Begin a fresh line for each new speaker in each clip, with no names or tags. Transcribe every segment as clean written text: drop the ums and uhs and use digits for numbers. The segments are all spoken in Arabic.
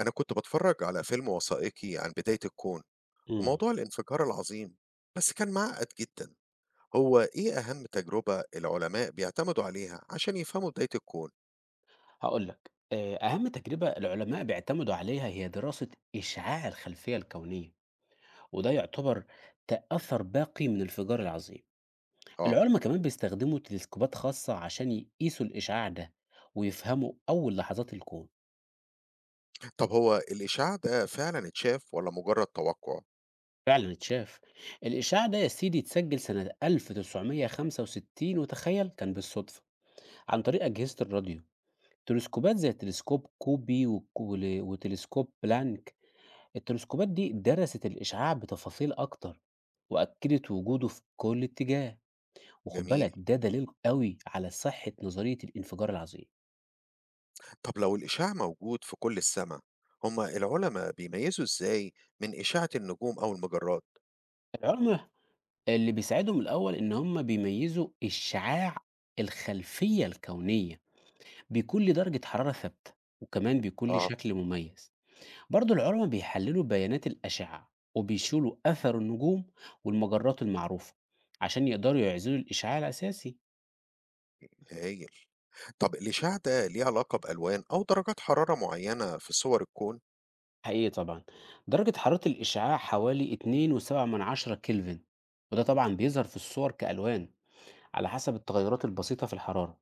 أنا كنت بتفرج على فيلم وثائقي عن بداية الكون
إمم،
وموضوع الانفجار العظيم، بس كان معقد جدا. هو إيه أهم تجربة العلماء بيعتمدوا عليها عشان يفهموا بداية الكون؟
هاقول لك أهم تجربة العلماء بيعتمدوا عليها هي دراسة إشعاع الخلفية الكونية، وده يعتبر أثر باقي من الانفجار العظيم.
آه.
العلما كمان بيستخدموا تلسكوبات خاصة عشان يقيسوا الإشعاع ده، ويفهموا أول لحظات الكون.
طب هو الإشعاع ده فعلا اتشاف ولا مجرد توقع؟
فعلًا اتشاف، الإشعاع ده يا سيدي اتسجل سنة 1965 وتخيل! كان بالصدفة، عن طريق أجهزة الراديو. تلسكوبات زي تلسكوب كوبي وكول وتلسكوب بلانك، التلسكوبات دي درست الإشعاع بتفاصيل أكتر، وأكدت وجوده في كل اتجاه، وخد
جميل.
بالك ده دليل قوي على صحة نظرية الانفجار العظيم.
طب لو الإشعاع موجود في كل السماء، هما العلماء بيميزوا إزاي من إشعة النجوم أو المجرات؟
العلماء اللي بيساعدهم الأول إن هم بيميزوا إشعاع الخلفية الكونية بيكون لدرجة حرارة ثابتة، وكمان بيكون ليه
آه.
شكل مميز. برضو العلماء بيحللوا بيانات الأشعة وبيشيلوا أثر النجوم والمجرات المعروفة عشان يقدروا يعزلوا الإشعاع الأساسي.
هايل. طب الإشعاع ده ليه علاقة بألوان أو درجات حرارة معينة في صور الكون؟
حقيقي طبعًا. درجة حرارة الإشعاع حوالي 2.7 كلفن، وده طبعًا بيظهر في الصور كألوان على حسب التغيرات البسيطة في الحرارة،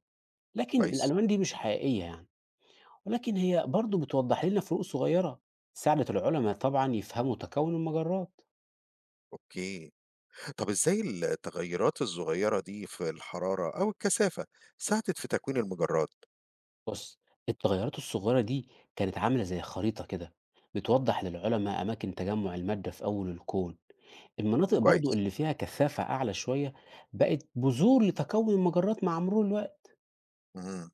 لكن
كويس.
الألوان دي مش حقيقية يعني، ولكن هي برضه بتوضح لنا فروق صغيرة ساعدت العلماء طبعًا يفهموا تكون المجرات.
أوكي. طب إزاي التغيرات الصغيرة دي في الحرارة أو الكثافة ساعدت في تكوين المجرات؟
بُص، التغيرات الصغيرة دي كانت عاملة زي خريطة كده بتوضح للعلماء أماكن تجمع المادة في أول الكون. المناطق برضه
كويس.
اللي فيها كثافة أعلى شوية بقت بذور لتكون المجرات مع مرور الوقت.
إمم.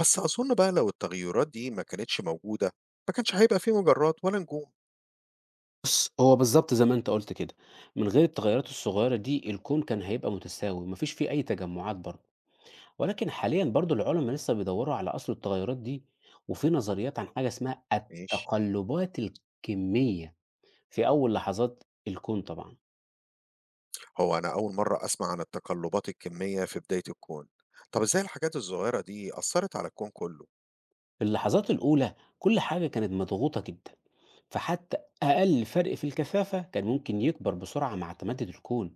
بس أظن بقى لو التغيرات دي ما كانتش موجودة، ما كانش هيبقى في مجرات ولا نجوم.
بُص، هو بالضبط زي ما أنت قُلت كده، من غير التغيرات الصغيرة دي الكون كان هيبقى متساوي، ما فيش فيه أي تجمُّعات برضه، ولكن حاليًا برضه العُلما لسه بيدوّروا على أصل التغيرات دي، وفي نظريات عن حاجة اسمها
ماشي.
التقلُّبات الكمية في أول لحظات الكون طبعًا.
هو أنا أول مرة أسمع عن التقلبات الكمية في بداية الكون. طب إزاي الحاجات الصغيرة دي أثّرت على الكون كله؟
في اللحظات الأولى كل حاجة كانت مضغوطة جدًا، فحتى أقل فرق في الكثافة كان ممكن يكبر بسرعة مع تمدُّد الكون.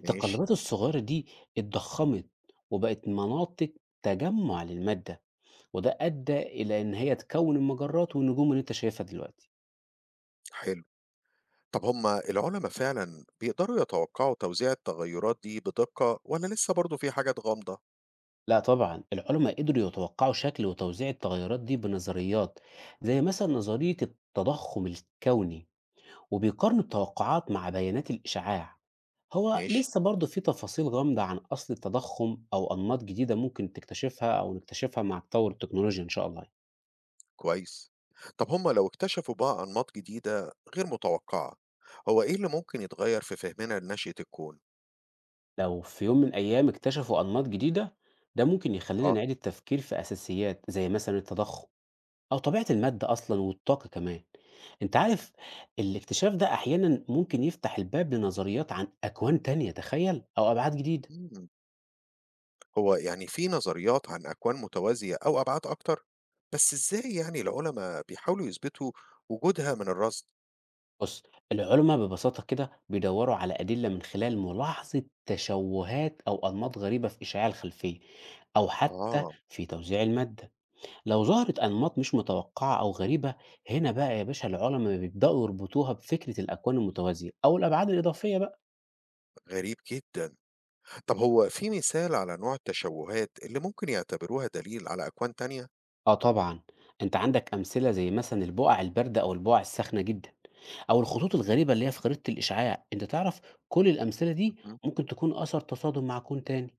ماشي.
الصغيرة دي اتضخّمت وبقت مناطق تجمُّع للمادة. وده أدى إلى إن هي تكوّن المجرات والنجوم اللي أنت شايفها دلوقتي.
حلو. طب هم العلما فعلًا بيقدروا يتوقعوا توزيع التغيرات دي بدقة والّا لسه برضه في حاجات غامضة؟
لأ طبعًا، العُلَماء قدروا يتوقّعوا شكل وتوزيع التغيّرات دي بنظريات، زي مثلًا نظرية التضخُّم الكوني، وبيقارنوا التوقعات مع بيانات الإشعاع. هو
ماشي.
لسه برضه في تفاصيل غامضة عن أصل التضخُّم أو أنماط جديدة ممكن تكتشفها أو نكتشفها مع تطوُّر التكنولوجيا إن شاء الله يعني.
كويس. طب هم لو اكتشفوا بقى أنماط جديدة غير متوقعة، هو إيه اللي ممكن يتغير في فهمنا لنشأة الكون؟
لو في يوم من الأيام اكتشفوا أنماط جديدة، ده ممكن يخلّينا
اه.
نعيد التفكير في أساسيات، زي مثلًا التضخُّم. أو طبيعة المادة أصلًا والطاقة كمان. أنت عارف الاكتشاف ده أحيانًا ممكن يفتح الباب لنظريات عن أكوان تانية تخيل! أو أبعاد جديدة.
مم. هو يعني في نظريات عن أكوان متوازية أو أبعاد أكتر، بس إزاي يعني العلماء بيحاولوا يثبتوا وجودها من الرصد؟
بُص، العلما ببساطة كده بيدوّروا على أدلة من خلال ملاحظة تشوّهات أو أنماط غريبة في إشعاع الخلفية، أو حتى
آه.
في توزيع المادة. لو ظهرت أنماط مش متوقعة أو غريبة، هنا بقى يا باشا العلما بيبدأوا يربطوها بفكرة الأكوان المتوازية أو الأبعاد الإضافية بقى.
غريب جدا. طب هو في مثال على نوع التشوهات اللي ممكن يعتبروها دليل على أكوان تانية؟
آه طبعًا، أنت عندك أمثلة زي مثلًا البقع الباردة أو البقع الساخنة جدًا، أو الخطوط الغريبة اللي هي في خريطة الإشعاع، أنت تعرف كل الأمثلة دي
مهم.
ممكن تكون أثر تصادم مع كون تاني،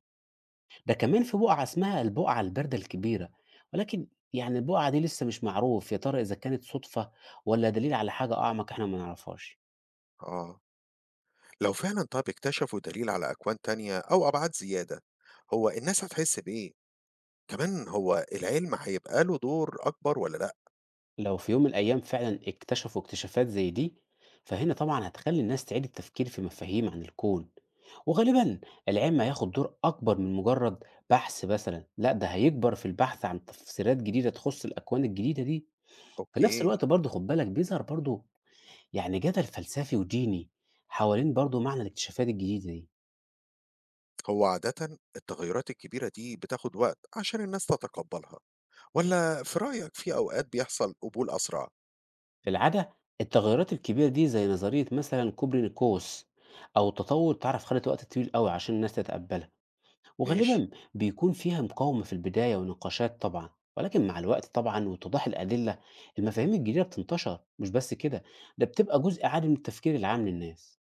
ده كمان في بقعة اسمها البقعة الباردة الكبيرة، ولكن يعني البقعة دي لسه مش معروف يا ترى إذا كانت صدفة والّا دليل على حاجة أعمق إحنا ما نعرفهاش.
آه. لو فعلا طب اكتشفوا دليل على أكوان تانية أو أبعاد زيادة، هو الناس هتحس بإيه؟ كمان هو العلم هيبقى له دور أكبر والّا لأ؟
لو في يوم من الأيام فعلا اكتشفوا اكتشافات زي دي فهنا طبعا هتخلي الناس تعيد التفكير في مفاهيم عن الكون، وغالبا العلم هياخد دور أكبر من مجرد بحث مثلا، لا ده هيكبر في البحث عن تفسيرات جديدة تخص الأكوان الجديدة دي. في نفس
أوكي.
الوقت برضه خد بالك بيظهر برضه يعني جدل فلسفي وديني حوالين برضه معنى الاكتشافات الجديدة دي.
هو عادةً التغيرات الكبيرة دي بتاخد وقت عشان الناس تتقبلها، والّا في رأيك في أوقات بيحصل قبول أسرع؟
في العادة التغيرات الكبيرة دي زي نظرية مثلا كوبرنيكوس أو تطور تعرف خدت وقت طويل قوي عشان الناس تتقبلها،
ماشي.
وغالبا بيكون فيها مقاومة في البداية ونقاشات طبعا. ولكن مع الوقت طبعا واتضاح الأدلة، المفاهيم الجديدة بتنتشر مش بس كده، ده بتبقى جزء عادي من التفكير العام للناس.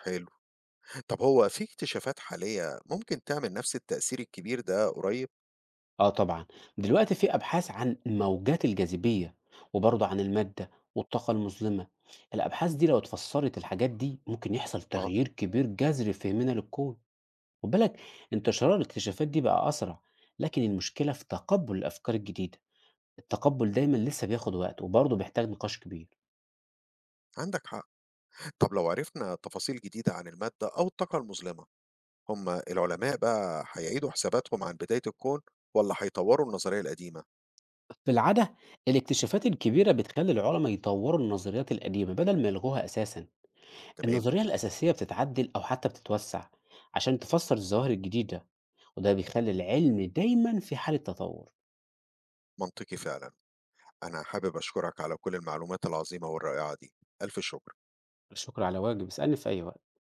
حلو. طب هو في اكتشافات حالية ممكن تعمل نفس التأثير الكبير ده قريب؟
اه طبعا، دلوقتي في أبحاث عن موجات الجاذبية وبرضه عن المادة والطاقة المظلمة. الأبحاث دي لو اتفسرت الحاجات دي ممكن يحصل
آه.
تغيير كبير جذري في فهمنا للكون. خد بالك
إمم.
انتشار الاكتشافات دي بقى أسرع، لكن المشكلة في تقبل الأفكار الجديدة، التقبل دايما لسه بياخد وقت وبرضه بيحتاج نقاش كبير.
عندك حق. طب لو عرفنا تفاصيل جديدة عن المادة أو الطاقة المظلمة، هم العلماء بقى هيعيدوا حساباتهم عن بداية الكون والّا هيطوروا النظرية القديمة؟
في العادة الاكتشافات الكبيرة بتخلي العلماء يطوروا النظريات القديمة بدل ما يلغوها أساسا.
تمام.
النظرية الأساسية بتتعدل أو حتى بتتوسع عشان تفسر الظواهر الجديدة، وده بيخلي العلم دايما في حالة تطور.
منطقي فعلًا. أنا حابب أشكرك على كل المعلومات العظيمة والرائعة دي، ألف شكر.
الشكر على واجب، اسألني في أي وقت.